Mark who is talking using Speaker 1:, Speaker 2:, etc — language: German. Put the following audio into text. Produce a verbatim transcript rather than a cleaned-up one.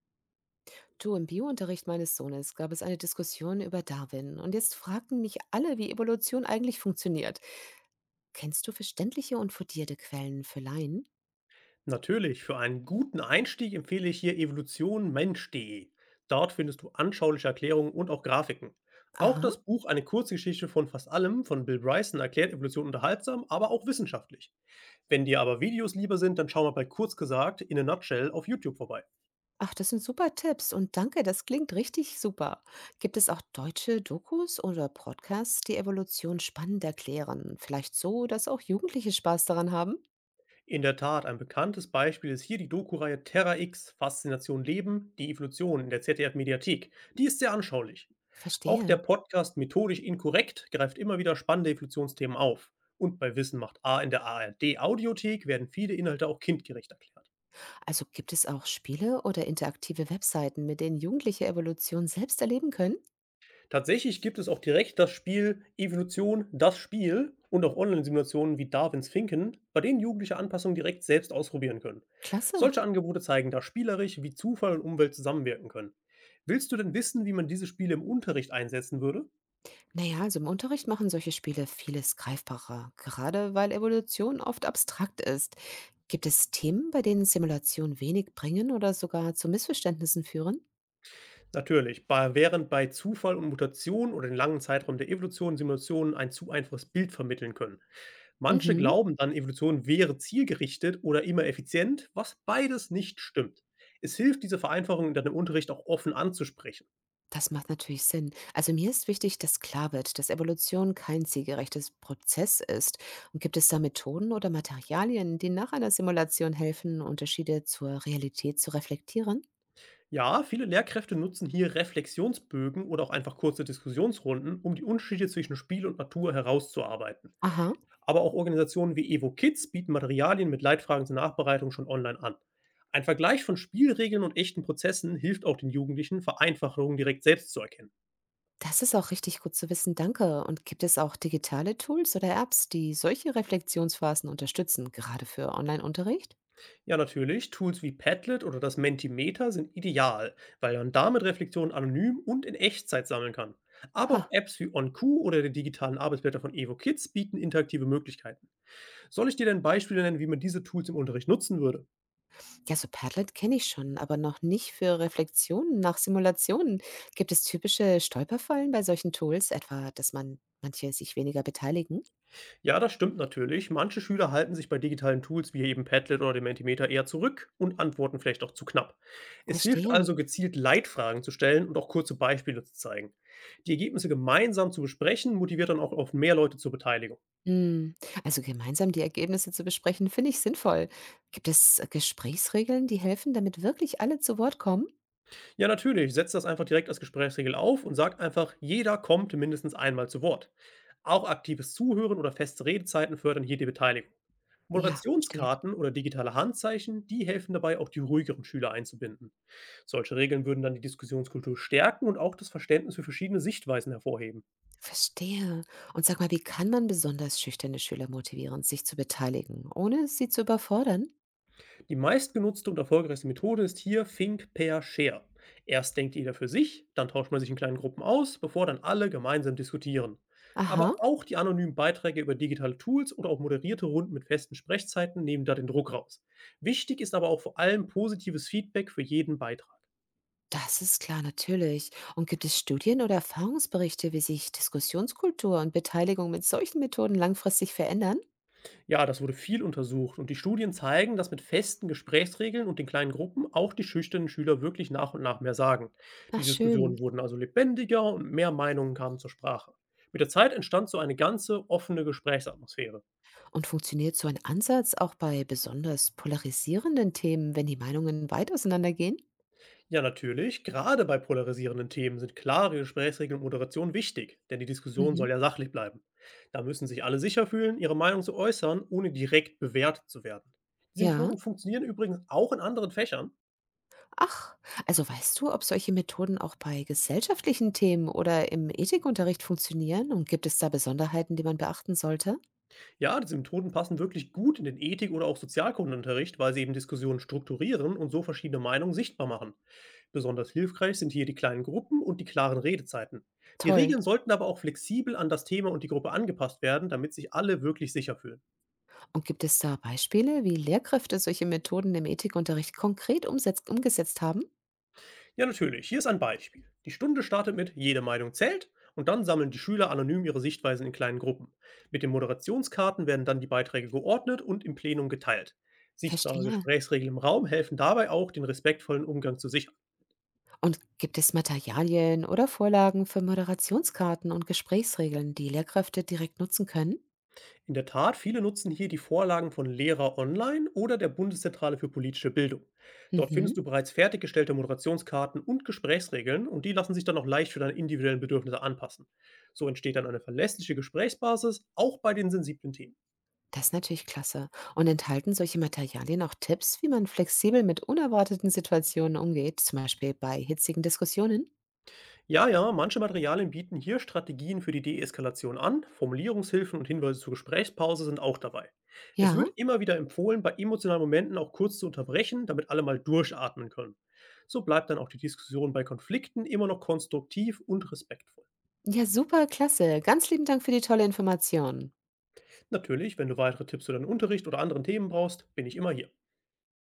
Speaker 1: Du, im Biounterricht meines Sohnes gab es eine Diskussion über Darwin und jetzt fragten mich alle, wie Evolution eigentlich funktioniert. Kennst du verständliche und fundierte Quellen für Laien?
Speaker 2: Natürlich, für einen guten Einstieg empfehle ich hier evolutionmensch.de. Dort findest du anschauliche Erklärungen und auch Grafiken. Auch
Speaker 1: Aha.
Speaker 2: das Buch Eine Kurzgeschichte von fast allem von Bill Bryson erklärt Evolution unterhaltsam, aber auch wissenschaftlich. Wenn dir aber Videos lieber sind, dann schau mal bei Kurz gesagt in a Nutshell auf YouTube vorbei.
Speaker 1: Ach, das sind super Tipps und danke, das klingt richtig super. Gibt es auch deutsche Dokus oder Podcasts, die Evolution spannend erklären? Vielleicht so, dass auch Jugendliche Spaß daran haben?
Speaker 2: In der Tat, ein bekanntes Beispiel ist hier die Doku-Reihe Terra X Faszination Leben, die Evolution in der Z D F-Mediathek. Die ist sehr anschaulich. Auch der
Speaker 1: Verstehe.
Speaker 2: Podcast Methodisch Inkorrekt greift immer wieder spannende Evolutionsthemen auf. Und bei Wissen macht A in der A R D-Audiothek werden viele Inhalte auch kindgerecht erklärt.
Speaker 1: Also gibt es auch Spiele oder interaktive Webseiten, mit denen Jugendliche Evolution selbst erleben können?
Speaker 2: Tatsächlich gibt es auch direkt das Spiel Evolution das Spiel und auch Online-Simulationen wie Darwins Finken, bei denen Jugendliche Anpassungen direkt selbst ausprobieren können.
Speaker 1: Klasse.
Speaker 2: Solche Angebote zeigen, dass spielerisch wie Zufall und Umwelt zusammenwirken können. Willst du denn wissen, wie man diese Spiele im Unterricht einsetzen würde?
Speaker 1: Naja, also im Unterricht machen solche Spiele vieles greifbarer, gerade weil Evolution oft abstrakt ist. Gibt es Themen, bei denen Simulationen wenig bringen oder sogar zu Missverständnissen führen?
Speaker 2: Natürlich, bei, während bei Zufall und Mutation oder den langen Zeitraum der Evolution Simulationen ein zu einfaches Bild vermitteln können. Manche
Speaker 1: Mhm.
Speaker 2: glauben dann, Evolution wäre zielgerichtet oder immer effizient, was beides nicht stimmt. Es hilft, diese Vereinfachung dann im Unterricht auch offen anzusprechen.
Speaker 1: Das macht natürlich Sinn. Also mir ist wichtig, dass klar wird, dass Evolution kein zielgerechtes Prozess ist. Und gibt es da Methoden oder Materialien, die nach einer Simulation helfen, Unterschiede zur Realität zu reflektieren?
Speaker 2: Ja, viele Lehrkräfte nutzen hier Reflexionsbögen oder auch einfach kurze Diskussionsrunden, um die Unterschiede zwischen Spiel und Natur herauszuarbeiten.
Speaker 1: Aha.
Speaker 2: Aber auch Organisationen wie Evo Kids bieten Materialien mit Leitfragen zur Nachbereitung schon online an. Ein Vergleich von Spielregeln und echten Prozessen hilft auch den Jugendlichen, Vereinfachungen direkt selbst zu erkennen.
Speaker 1: Das ist auch richtig gut zu wissen, danke. Und gibt es auch digitale Tools oder Apps, die solche Reflexionsphasen unterstützen, gerade für Online-Unterricht?
Speaker 2: Ja, natürlich, Tools wie Padlet oder das Mentimeter sind ideal, weil man damit Reflexionen anonym und in Echtzeit sammeln kann. Aber auch
Speaker 1: Ha,
Speaker 2: Apps wie OnQ oder die digitalen Arbeitsblätter von Evo Kids bieten interaktive Möglichkeiten. Soll ich dir denn Beispiele nennen, wie man diese Tools im Unterricht nutzen würde?
Speaker 1: ja, so Padlet kenne ich schon, aber noch nicht für Reflexionen nach Simulationen. Gibt es typische Stolperfallen bei solchen Tools, etwa, dass man manche sich weniger beteiligen?
Speaker 2: Ja, das stimmt natürlich. Manche Schüler halten sich bei digitalen Tools wie eben Padlet oder dem Mentimeter eher zurück und antworten vielleicht auch zu knapp. Es hilft
Speaker 1: Verstehe.
Speaker 2: also gezielt Leitfragen zu stellen und auch kurze Beispiele zu zeigen. Die Ergebnisse gemeinsam zu besprechen motiviert dann auch auf mehr Leute zur Beteiligung.
Speaker 1: Hm. Also gemeinsam die Ergebnisse zu besprechen, finde ich sinnvoll. Gibt es äh, Gesprächsregeln, die helfen, damit wirklich alle zu Wort kommen?
Speaker 2: Ja, natürlich, setzt das einfach direkt als Gesprächsregel auf und sagt einfach, jeder kommt mindestens einmal zu Wort. Auch aktives Zuhören oder feste Redezeiten fördern hier die Beteiligung.
Speaker 1: Ja, verstehe.
Speaker 2: Moderationskarten oder digitale Handzeichen, die helfen dabei, auch die ruhigeren Schüler einzubinden. Solche Regeln würden dann die Diskussionskultur stärken und auch das Verständnis für verschiedene Sichtweisen hervorheben.
Speaker 1: Verstehe. Und sag mal, wie kann man besonders schüchterne Schüler motivieren, sich zu beteiligen, ohne sie zu überfordern?
Speaker 2: Die meistgenutzte und erfolgreichste Methode ist hier Think, Pair, Share. Erst denkt jeder für sich, dann tauscht man sich in kleinen Gruppen aus, bevor dann alle gemeinsam diskutieren. Aber
Speaker 1: Aha,
Speaker 2: auch die anonymen Beiträge über digitale Tools oder auch moderierte Runden mit festen Sprechzeiten nehmen da den Druck raus. Wichtig ist aber auch vor allem positives Feedback für jeden Beitrag.
Speaker 1: das ist klar, natürlich. Und gibt es Studien oder Erfahrungsberichte, wie sich Diskussionskultur und Beteiligung mit solchen Methoden langfristig verändern?
Speaker 2: Ja, das wurde viel untersucht und die Studien zeigen, dass mit festen Gesprächsregeln und den kleinen Gruppen auch die schüchternen Schüler wirklich nach und nach mehr sagen.
Speaker 1: Ach
Speaker 2: Die
Speaker 1: schön.
Speaker 2: Diskussionen wurden also lebendiger und mehr Meinungen kamen zur Sprache. Mit der Zeit entstand so eine ganze offene Gesprächsatmosphäre.
Speaker 1: Und funktioniert so ein Ansatz auch bei besonders polarisierenden Themen, wenn die Meinungen weit auseinandergehen?
Speaker 2: Ja, natürlich, gerade bei polarisierenden Themen sind klare Gesprächsregeln und Moderation wichtig, denn die Diskussion
Speaker 1: Mhm.
Speaker 2: soll ja sachlich bleiben. Da müssen sich alle sicher fühlen, ihre Meinung zu äußern, ohne direkt bewertet zu werden. Diese
Speaker 1: Ja.
Speaker 2: Methoden funktionieren übrigens auch in anderen Fächern.
Speaker 1: Ach, also weißt du, ob solche Methoden auch bei gesellschaftlichen Themen oder im Ethikunterricht funktionieren? Und gibt es da Besonderheiten, die man beachten sollte?
Speaker 2: Ja, diese Methoden passen wirklich gut in den Ethik- oder auch Sozialkundenunterricht, weil sie eben Diskussionen strukturieren und so verschiedene Meinungen sichtbar machen. Besonders hilfreich sind hier die kleinen Gruppen und die klaren Redezeiten. Die
Speaker 1: Toll.
Speaker 2: Regeln sollten aber auch flexibel an das Thema und die Gruppe angepasst werden, damit sich alle wirklich sicher fühlen.
Speaker 1: Und gibt es da Beispiele, wie Lehrkräfte solche Methoden im Ethikunterricht konkret umsetz- umgesetzt haben?
Speaker 2: Ja, natürlich. Hier ist ein Beispiel. Die Stunde startet mit Jede Meinung zählt und dann sammeln die Schüler anonym ihre Sichtweisen in kleinen Gruppen. Mit den Moderationskarten werden dann die Beiträge geordnet und im Plenum geteilt. Sichtbare
Speaker 1: Verstehe.
Speaker 2: Gesprächsregeln im Raum helfen dabei auch, den respektvollen Umgang zu sichern.
Speaker 1: Und gibt es Materialien oder Vorlagen für Moderationskarten und Gesprächsregeln, die Lehrkräfte direkt nutzen können?
Speaker 2: In der Tat, viele nutzen hier die Vorlagen von Lehrer Online oder der Bundeszentrale für politische Bildung. Dort
Speaker 1: Mhm.
Speaker 2: findest du bereits fertiggestellte Moderationskarten und Gesprächsregeln und die lassen sich dann auch leicht für deine individuellen Bedürfnisse anpassen. So entsteht dann eine verlässliche Gesprächsbasis, auch bei den sensiblen Themen.
Speaker 1: Das ist natürlich klasse. Und enthalten solche Materialien auch Tipps, wie man flexibel mit unerwarteten Situationen umgeht, zum Beispiel bei hitzigen Diskussionen?
Speaker 2: Ja, ja, manche Materialien bieten hier Strategien für die Deeskalation an, Formulierungshilfen und Hinweise zur Gesprächspause sind auch dabei. Es
Speaker 1: Ja?
Speaker 2: wird immer wieder empfohlen, bei emotionalen Momenten auch kurz zu unterbrechen, damit alle mal durchatmen können. So bleibt dann auch die Diskussion bei Konflikten immer noch konstruktiv und respektvoll.
Speaker 1: Ja, super, klasse. Ganz lieben Dank für die tolle Information.
Speaker 2: Natürlich, wenn du weitere Tipps für deinen Unterricht oder anderen Themen brauchst, bin ich immer hier.